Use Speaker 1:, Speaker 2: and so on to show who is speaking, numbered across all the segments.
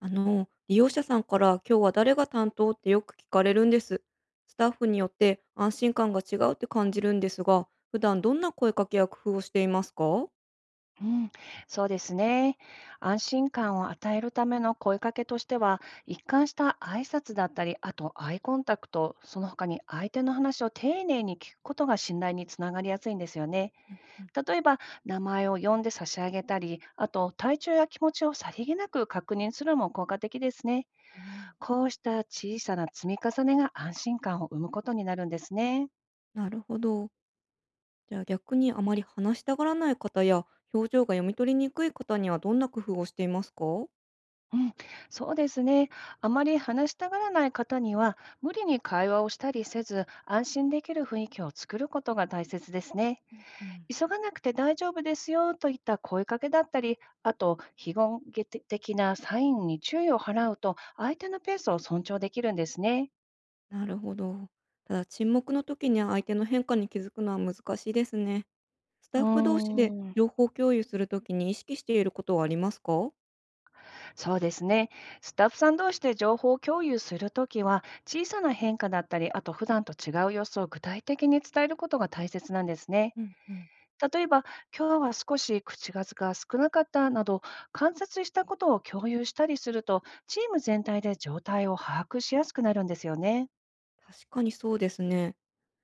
Speaker 1: 利用者さんから今日は誰が担当ってよく聞かれるんです。スタッフによって安心感が違うって感じるんですが、普段どんな声かけや工夫をしていますか？
Speaker 2: うん、そうですね。安心感を与えるための声かけとしては、一貫した挨拶だったり、あとアイコンタクト、その他に相手の話を丁寧に聞くことが信頼につながりやすいんですよね。
Speaker 1: うん
Speaker 2: 例えば、名前を呼んで差し上げたり、あと体調や気持ちをさりげなく確認するのも効果的ですね。
Speaker 1: うん。
Speaker 2: こうした小さな積み重ねが安心感を生むことになるんですね。
Speaker 1: なるほど。じゃあ逆にあまり話したがらない方や表情が読み取りにくい方にはどんな工夫をしていますか？
Speaker 2: うん、そうですね。あまり話したがらない方には、無理に会話をしたりせず、安心できる雰囲気を作ることが大切ですね。
Speaker 1: うんうん。
Speaker 2: 急がなくて大丈夫ですよといった声かけだったり、あと、非言的なサインに注意を払うと、相手のペースを尊重できるんですね。
Speaker 1: なるほど。ただ沈黙の時に相手の変化に気づくのは難しいですね。スタ
Speaker 2: う
Speaker 1: ッフ同士で
Speaker 2: ーん、
Speaker 1: 情報共有するときに意識していることはありますか？
Speaker 2: そうですね。スタッフさん同士で情報を共有するときは、小さな変化だったり、あと普段と違う様子を具体的に伝えることが大切なんですね。
Speaker 1: うんうん。
Speaker 2: 例えば、今日は少し口数が少なかったなど、観察したことを共有したりすると、チーム全体で状態を把握しやすくなるんですよね。
Speaker 1: 確かにそうですね。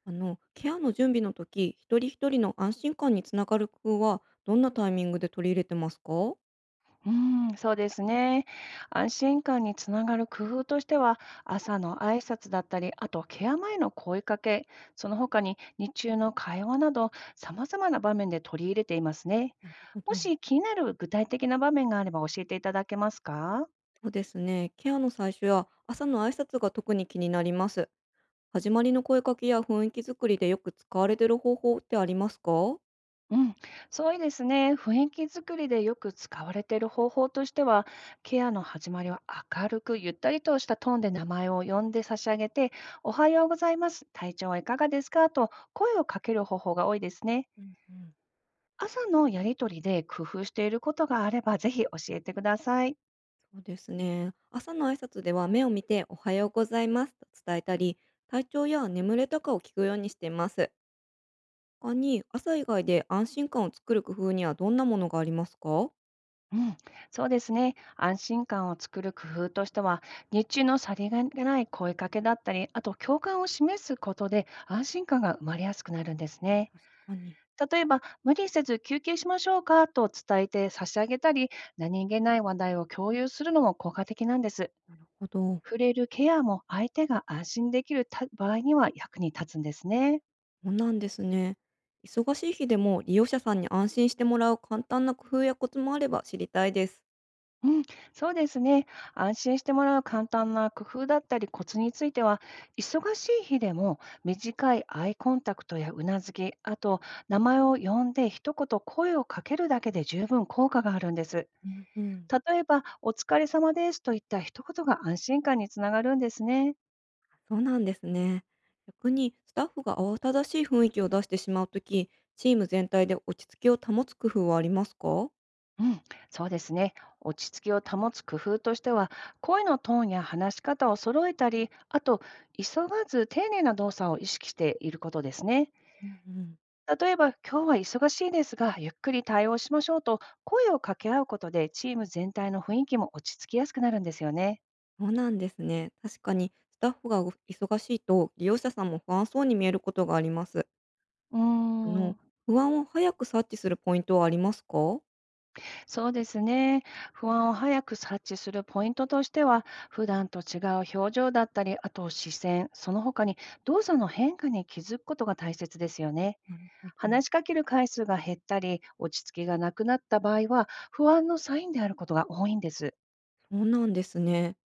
Speaker 1: ケアの準備の時、一人一人の安心感につながる工夫は、どんなタイミングで取り入れてますか？
Speaker 2: うん、そうですね。安心感につながる工夫としては、朝の挨拶だったり、あとケア前の声かけ、その他に日中の会話など、様々な場面で取り入れていますね。
Speaker 1: なるほ
Speaker 2: も
Speaker 1: ど。
Speaker 2: し気になる具体的な場面があれば教えていただけますか？
Speaker 1: うですね。ケアの最初や朝の挨拶が特に気になります。始まりの声かけや雰囲気作りでよく使われている方法ってありますか？
Speaker 2: うん、そういですね。雰囲気作りでよく使われている方法としては、ケアの始まりは明るくゆったりとしたトーンで名前を呼んで差し上げて、おはようございます。体調はいかがですかと声をかける方法が多いですね。
Speaker 1: うんう
Speaker 2: 朝のやりとりで工夫していることがあれば、ぜひ教えてください。
Speaker 1: ん、うですね。朝の挨拶では目を見ておはようございますと伝えたり、体調や眠れたかを聞くようにしています。他に朝以外で安心感を作る工夫にはどんなものがありますか？
Speaker 2: うん、そうですね。安心感を作る工夫としては、日中のさりげない声かけだったり、あと共感を示すことで安心感が生まれやすくなるんですね。
Speaker 1: 確かに。
Speaker 2: 例えば、無理せず休憩しましょうかと伝えて差し上げたり、何気ない話題を共有するのも効果的なんです。
Speaker 1: なるほど。
Speaker 2: 触れるケアも相手が安心できるた場合には役に立つんですね。
Speaker 1: そうなんですね。忙しい日でも利用者さんに安心してもらう簡単な工夫やコツもあれば知りたいです。
Speaker 2: うん、そうですね。安心してもらう簡単な工夫だったりコツについては、忙しい日でも短いアイコンタクトやうなずき、あと名前を呼んで一言声をかけるだけで十分効果があるんです。
Speaker 1: うんうん。
Speaker 2: 例えば、お疲れ様ですといった一言が安心感につながるんですね。
Speaker 1: そうなんですね。逆にスタッフが慌ただしい雰囲気を出してしまうとき、チーム全体で落ち着きを保つ工夫はありますか？う
Speaker 2: うん、そうですね。落ち着きを保つ工夫としては、声のトーンや話し方を揃えたり、あと、急がず丁寧な動作を意識していることですね。
Speaker 1: んうん。
Speaker 2: 例えば、今日は忙しいですが、ゆっくり対応しましょうと、声を掛け合うことで、チーム全体の雰囲気も落ち着きやすくなるんですよね。
Speaker 1: そうなんですね。確かにスタッフが忙しいと利用者さんも不安そうに見えることがあります。
Speaker 2: うー
Speaker 1: あの、
Speaker 2: ん、
Speaker 1: 不安を早く察知するポイントはありますか？
Speaker 2: そうですね。不安を早く察知するポイントとしては、普段と違う表情だったり、あと視線、その他に動作の変化に気づくことが大切ですよね。
Speaker 1: なるほど、
Speaker 2: 話しかける回数が減ったり、落ち着きがなくなった場合は、不安のサインであることが多いんです。
Speaker 1: そうなんですね。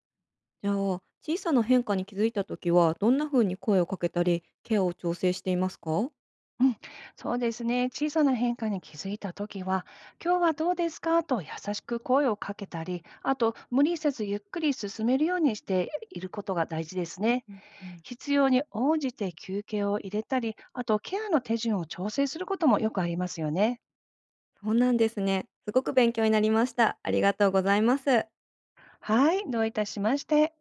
Speaker 1: じゃあ、小さな変化に気づいたときは、どんな風に声をかけたり、ケアを調整していますか？
Speaker 2: うん、そうですね。小さな変化に気づいたときは、今日はどうですかと優しく声をかけたり、あと無理せずゆっくり進めるようにしていることが大事ですね。
Speaker 1: うんうん、
Speaker 2: 必要に応じて休憩を入れたり、あとケアの手順を調整することもよくありますよね。
Speaker 1: そうなんですね。すごく勉強になりました。ありがとうございます。
Speaker 2: はい、どういたしまして。